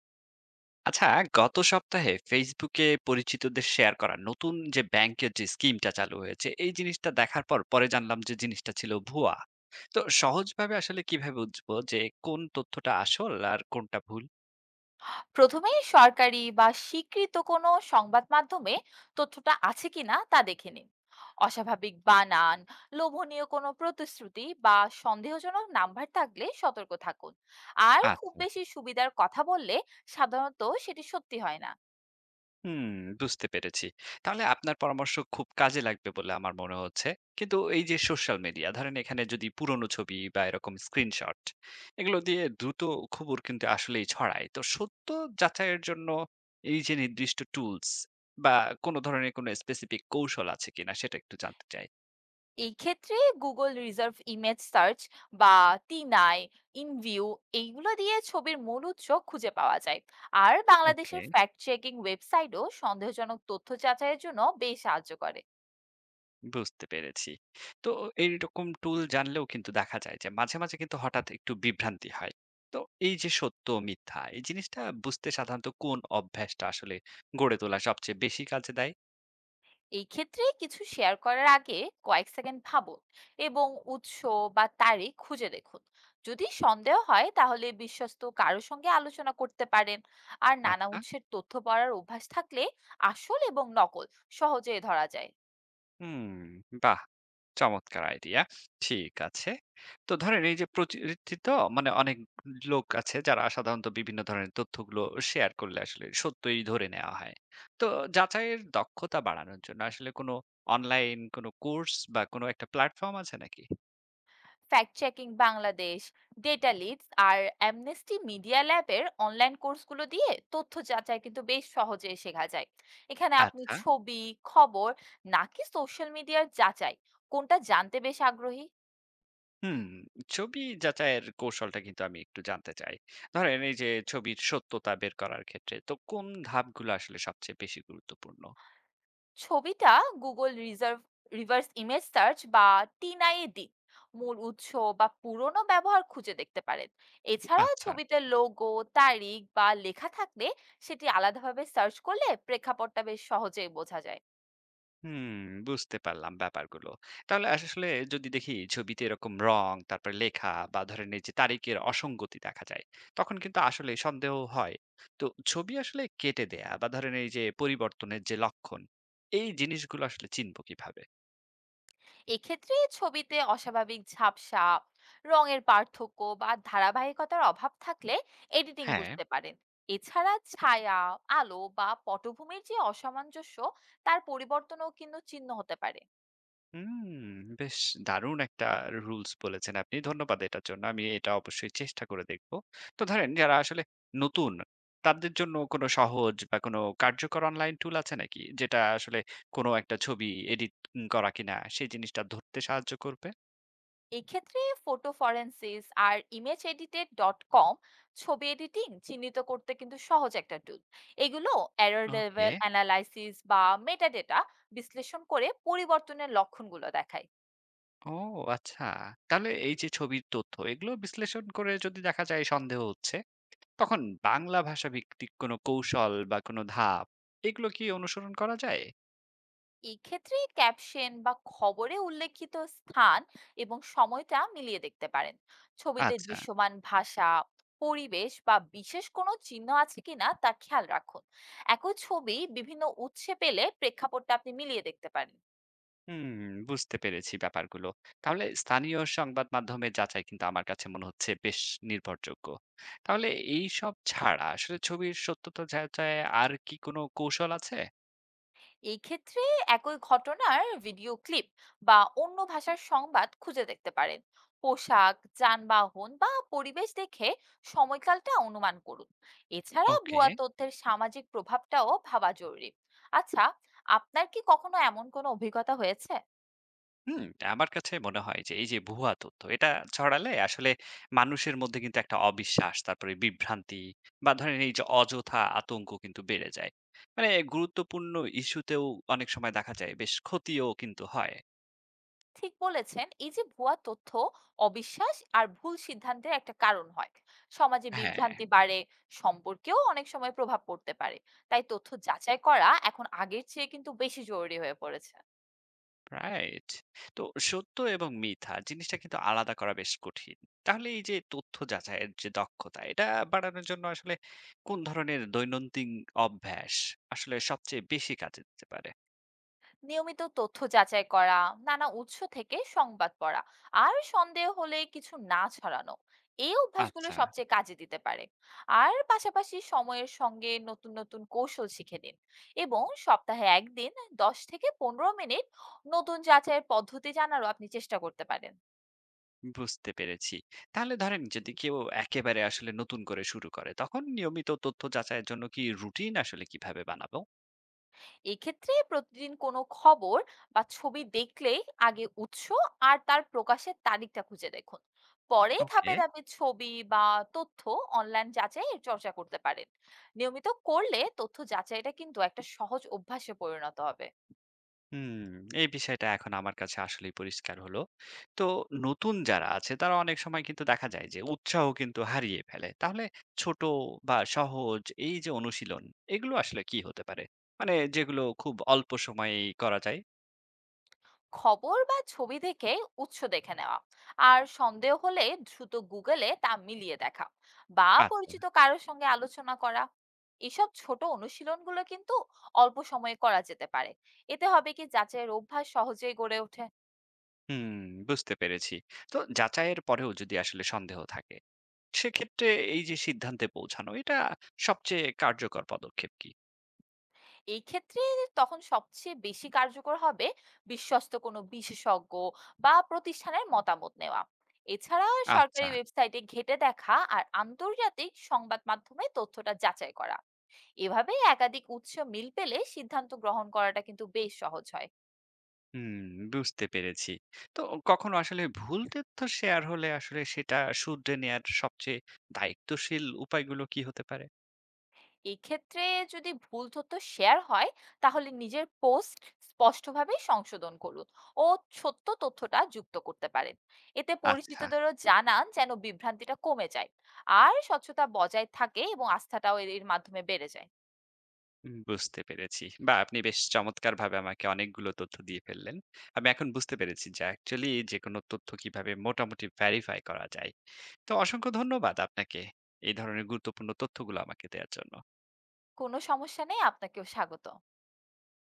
আচ্ছা, গত সপ্তাহে ফেসবুকে পরিচিতদের শেয়ার করা নতুন যে ব্যাংকের যে স্কিমটা চালু হয়েছে এই জিনিসটা দেখার পর পরে জানলাম যে জিনিসটা ছিল ভুয়া। তো সহজভাবে আসলে কিভাবে বুঝবো যে কোন তথ্যটা আসল আর কোনটা ভুল? প্রথমে সরকারি বা স্বীকৃত কোনো সংবাদ মাধ্যমে তথ্যটা আছে কিনা তা দেখে নিন। অস্বাভাবিক বানান, লোভনীয় কোনো প্রতিশ্রুতি বা সন্দেহজনক নাম্বার থাকলে সতর্ক থাকুন। আর খুব আচ্ছা। বেশি সুবিধার কথা বললে সাধারণত সেটি সত্যি হয় না। হুম, বুঝতে পেরেছি। তাহলে আপনার পরামর্শ খুব কাজে লাগবে বলে আমার মনে হচ্ছে। কিন্তু এই যে সোশ্যাল মিডিয়া, ধরেন এখানে যদি পুরনো ছবি বা এরকম স্ক্রিনশট এগুলো দিয়ে দ্রুত খবর কিন্তু আসলেই ছড়ায়। তো সত্য যাচাইয়ের জন্য এই যে নির্দিষ্ট টুলস বা কোন ধরনের কোন স্পেসিফিক কৌশল আছে কিনা সেটা একটু জানতে চাই। এই ক্ষেত্রে গুগল রিজার্ভ ইমেজ সার্চ বা টিনাই ইনভিউ এইগুলো দিয়ে ছবির মূল উৎস খুঁজে পাওয়া যায়। আর ওকে। বাংলাদেশের ফ্যাক্ট চেকিং ওয়েবসাইটও সন্দেহজনক তথ্য যাচাইয়ের জন্য বেশ সাহায্য করে। বুঝতে পেরেছি। তো এইরকম টুল জানলেও কিন্তু দেখা যায় যে মাঝে মাঝে কিন্তু হঠাৎ একটু বিভ্রান্তি হয়। তো এই যে সত্য মিথ্যা এই জিনিসটা বুঝতে সাধারণত কোন অভ্যাসটা আসলে গড়ে তোলা সবচেয়ে বেশি কাজে দেয়? এই ক্ষেত্রে কিছু শেয়ার করার আগে কয়েক সেকেন্ড ভাবুন এবং উৎস বা তারিখ খুঁজে দেখুন। যদি সন্দেহ হয় তাহলে বিশ্বস্ত কারো সঙ্গে আলোচনা করতে পারেন। আর নানা আচ্ছা। উৎসের তথ্য পড়ার অভ্যাস থাকলে আসল এবং নকল সহজে ধরা যায়। হুম, বাহ! চমৎকার আইডিয়া। ঠিক আছে। তো ধরেন এই যে প্রতিনিধিত্ব, মানে অনেক লোক আছে যারা সাধারণত বিভিন্ন ধরনের তথ্যগুলো শেয়ার করলে আসলে সত্যই ধরে নেওয়া হয়। তো যাচাইয়ের দক্ষতা বাড়ানোর জন্য আসলে কোনো অনলাইন কোনো কোর্স বা কোনো একটা প্ল্যাটফর্ম আছে নাকি? Fact checking Bangladesh, data leads আর অ্যামনেস্টি মিডিয়া ল্যাবের অনলাইন কোর্সগুলো দিয়ে তথ্য যাচাই কিন্তু বেশ সহজে শেখা যায়। এখানে আপনি আচ্ছা। ছবি, খবর নাকি সোশ্যাল মিডিয়ার যাচাই কোনটা জানতে বেশ আগ্রহী? হুম, ছবি যাচাইয়ের কৌশলটা কিন্তু আমি একটু জানতে চাই। ধরেন এই যে ছবির সত্যতা বের করার ক্ষেত্রে তো কোন ধাপগুলো আসলে সবচেয়ে বেশি গুরুত্বপূর্ণ? ছবিটা Google reserve reverse image search বা টিনআই এ দিন, মূল উৎস বা পুরনো ব্যবহার খুঁজে দেখতে পারেন। এছাড়া আচ্ছা। ছবিতে লোগো, তারিখ বা লেখা থাকলে সেটি আলাদাভাবে সার্চ করলে প্রেক্ষাপটটা বেশ সহজেই বোঝা যায়। হুম, বুঝতে পারলাম ব্যাপারগুলো। তাহলে আসলে যদি দেখি ছবিতে এরকম রং, তারপরে লেখা বা ধরেন এই যে তারিখের অসঙ্গতি দেখা যায়, তখন কিন্তু আসলে সন্দেহ হয়। তো ছবি আসলে কেটে দেয়া বা ধরেন এই যে পরিবর্তনের যে লক্ষণ, এই জিনিসগুলো আসলে চিনব কিভাবে? এক্ষেত্রে ছবিতে অস্বাভাবিক ঝাপসা, রঙের পার্থক্য বা ধারাবাহিকতার অভাব থাকলে এডিটিং হ্যাঁ। বুঝতে পারেন। এছাড়া ছায়া, আলো বা পটভূমির যে অসামঞ্জস্য, তার পরিবর্তনও কিন্তু চিহ্ন হতে পারে। হুম, বেশ দারুণ একটা রুলস বলেছেন আপনি। ধন্যবাদ এটার জন্য। আমি এটা অবশ্যই চেষ্টা করে দেখব। তো ধরেন যারা আসলে নতুন, তাদের জন্য কোন সহজ বা কোন কার্যকর অনলাইন টুল আছে নাকি? যেটা আসলে কোন একটা ছবি এডিট করা কিনা সেই জিনিসটা ধরতে সাহায্য করবে? এক্ষেত্রে ফটো ফরেনসিস আর ইমেজ এডিটেড ডট কম ছবি এডিটিং চিহ্নিত করতে কিন্তু সহজ একটা টুল। এগুলো এরর ওকে। লেভেল অ্যানালাইসিস বা মেটাডেটা বিশ্লেষণ করে পরিবর্তনের লক্ষণগুলো দেখায়। ও আচ্ছা। তাহলে এই যে ছবির তথ্য এগুলো বিশ্লেষণ করে যদি দেখা যায় সন্দেহ হচ্ছে, তখন বাংলা ভাষা ভিত্তিক কোন কৌশল বা কোন ধাপ এগুলো কি অনুসরণ করা যায়? এই ক্ষেত্রে ক্যাপশন বা খবরে উল্লেখিত স্থান এবং সময়টা মিলিয়ে দেখতে পারেন। ছবিতে আচ্ছা। দৃশ্যমান ভাষা, পরিবেশ বা বিশেষ কোনো চিহ্ন আছে কিনা তা খেয়াল রাখুন। একই ছবি বিভিন্ন উৎসে পেলে প্রেক্ষাপটটা আপনি মিলিয়ে দেখতে পারেন। হুম, বুঝতে পেরেছি ব্যাপারগুলো। তাহলে স্থানীয় সংবাদ মাধ্যমের যাচাই কিন্তু আমার কাছে মনে হচ্ছে বেশ নির্ভরযোগ্য। তাহলে এইসব ছাড়া আসলে ছবির সত্যতা যাচাইয়ে আর কি কোনো কৌশল আছে? এই ক্ষেত্রে একই ঘটনার ভিডিও ক্লিপ বা অন্য ভাষার সংবাদ খুঁজে দেখতে পারেন। পোশাক, যানবাহন বা পরিবেশ দেখে সময়কালটা অনুমান করুন। এছাড়া ওকে। ভুয়া তথ্যের সামাজিক প্রভাবটাও ভাবা জরুরি। আচ্ছা, আপনার কি কখনো এমন কোনো অভিজ্ঞতা হয়েছে? হুম, আমার কাছে মনে হয় যে এই যে ভুয়া তথ্য এটা ছড়ালে আসলে মানুষের মধ্যে কিন্তু একটা অবিশ্বাস, তারপরে বিভ্রান্তি বা ধরেন এই যে অযথা আতঙ্ক কিন্তু বেড়ে যায়। মানে গুরুত্বপূর্ণ ইস্যুতেও অনেক সময় দেখা যায় বেশ ক্ষতিও কিন্তু হয়। ঠিক বলেছেন, এই যে ভুয়া তথ্য অবিশ্বাস আর ভুল সিদ্ধান্তের একটা কারণ হয়। সমাজে হ্যাঁ। বিভ্রান্তি বাড়ে, সম্পর্কেও অনেক সময় প্রভাব পড়তে পারে। তাই তথ্য যাচাই করা এখন আগের চেয়ে কিন্তু বেশি জরুরি হয়ে পড়েছে। রাইট। তো সত্য এবং মিথ্যা জিনিসটা কিন্তু আলাদা করা বেশ কঠিন। তাহলে এই যে তথ্য যাচাইয়ের যে দক্ষতা এটা বাড়ানোর জন্য আসলে কোন ধরনের দৈনন্দিন অভ্যাস আসলে সবচেয়ে বেশি কাজে দিতে পারে? নিয়মিত তথ্য যাচাই করা, নানা উৎস থেকে সংবাদ পড়া, আর সন্দেহ হলে কিছু না ছড়ানো, এই অভ্যাসগুলো আচ্ছা। সবচেয়ে কাজে দিতে পারে। আর পাশাপাশি সময়ের সঙ্গে নতুন নতুন কৌশল শিখে নিন এবং সপ্তাহে একদিন 10 থেকে 15 মিনিট নতুন যাচাইয়ের পদ্ধতি জানারও আপনি চেষ্টা করতে পারেন। বুঝতে পেরেছি। তাহলে ধরেন যদি কেউ একেবারে আসলে নতুন করে শুরু করে তখন নিয়মিত তথ্য যাচাইয়ের জন্য কি রুটিন আসলে কিভাবে বানাবো? এক্ষেত্রে প্রতিদিন কোনো খবর বা ছবি দেখলেই আগে উৎস আর তার প্রকাশের তারিখটা খুঁজে দেখুন। পরে ওকে। ধাপে ধাপে ছবি বা তথ্য অনলাইন যাচাইয়ের চর্চা করতে পারেন। নিয়মিত করলে তথ্য যাচাইটা কিন্তু একটা সহজ অভ্যাসে পরিণত হবে। হুম, এই বিষয়টা এখন আমার কাছে আসলেই পরিষ্কার হলো। তো নতুন যারা আছে তারা অনেক সময় কিন্তু দেখা যায় যে উৎসাহ কিন্তু হারিয়ে ফেলে। তাহলে ছোট বা সহজ এই যে অনুশীলন এগুলো আসলে কি হতে পারে? মানে যেগুলো খুব অল্প সময়েই করা যায়? খবর বা ছবি দেখে উৎস দেখে নেওয়া, আর সন্দেহ হলে দ্রুত গুগলে তা মিলিয়ে দেখা বা আচ্ছা, পরিচিত কারোর সঙ্গে আলোচনা করা, এসব ছোট অনুশীলনগুলো কিন্তু অল্প সময়ে করা যেতে পারে। এতে হবে কি যাচাইয়ের অভ্যাস সহজেই গড়ে ওঠে। হুম, বুঝতে পেরেছি। তো যাচাইয়ের পরেও যদি আসলে সন্দেহ থাকে, সেক্ষেত্রে এই যে সিদ্ধান্তে পৌঁছানো এটা সবচেয়ে কার্যকর পদক্ষেপ কি? এই ক্ষেত্রে তখন সবচেয়ে বেশি কার্যকর হবে বিশ্বস্ত কোনো বিশেষজ্ঞ বা প্রতিষ্ঠানের মতামত নেওয়া। এছাড়া আচ্ছা। সরকারি ওয়েবসাইটে ঘেঁটে দেখা আর আন্তর্জাতিক সংবাদ মাধ্যমে তথ্যটা যাচাই করা। এভাবে একাধিক উৎস মিল পেলে সিদ্ধান্ত গ্রহণ করাটা কিন্তু বেশ সহজ হয়। হুম, বুঝতে পেরেছি। তো কখনো আসলে ভুল তথ্য শেয়ার হলে আসলে সেটা শুধরে নেয়ার সবচেয়ে দায়িত্বশীল উপায়গুলো কি হতে পারে? এক্ষেত্রে যদি ভুল তথ্য শেয়ার হয় তাহলে নিজের পোস্ট স্পষ্টভাবে সংশোধন করুন ও সত্য তথ্যটা যুক্ত করতে পারেন। এতে আচ্ছা, পরিচিতদেরও জানান যেন বিভ্রান্তিটা কমে যায় আর স্বচ্ছতা বজায় থাকে এবং আস্থাটাও এর এর মাধ্যমে বেড়ে যায়। বুঝতে পেরেছি। বাহ! আপনি বেশ চমৎকারভাবে আমাকে অনেকগুলো তথ্য দিয়ে ফেললেন। আমি এখন বুঝতে পেরেছি যে অ্যাকচুয়ালি যেকোনো তথ্য কিভাবে মোটামুটি ভেরিফাই করা যায়। তো অসংখ্য ধন্যবাদ আপনাকে এই ধরনের গুরুত্বপূর্ণ তথ্যগুলো আমাকে দেওয়ার জন্য। কোনো সমস্যা নেই, আপনাকেও স্বাগত।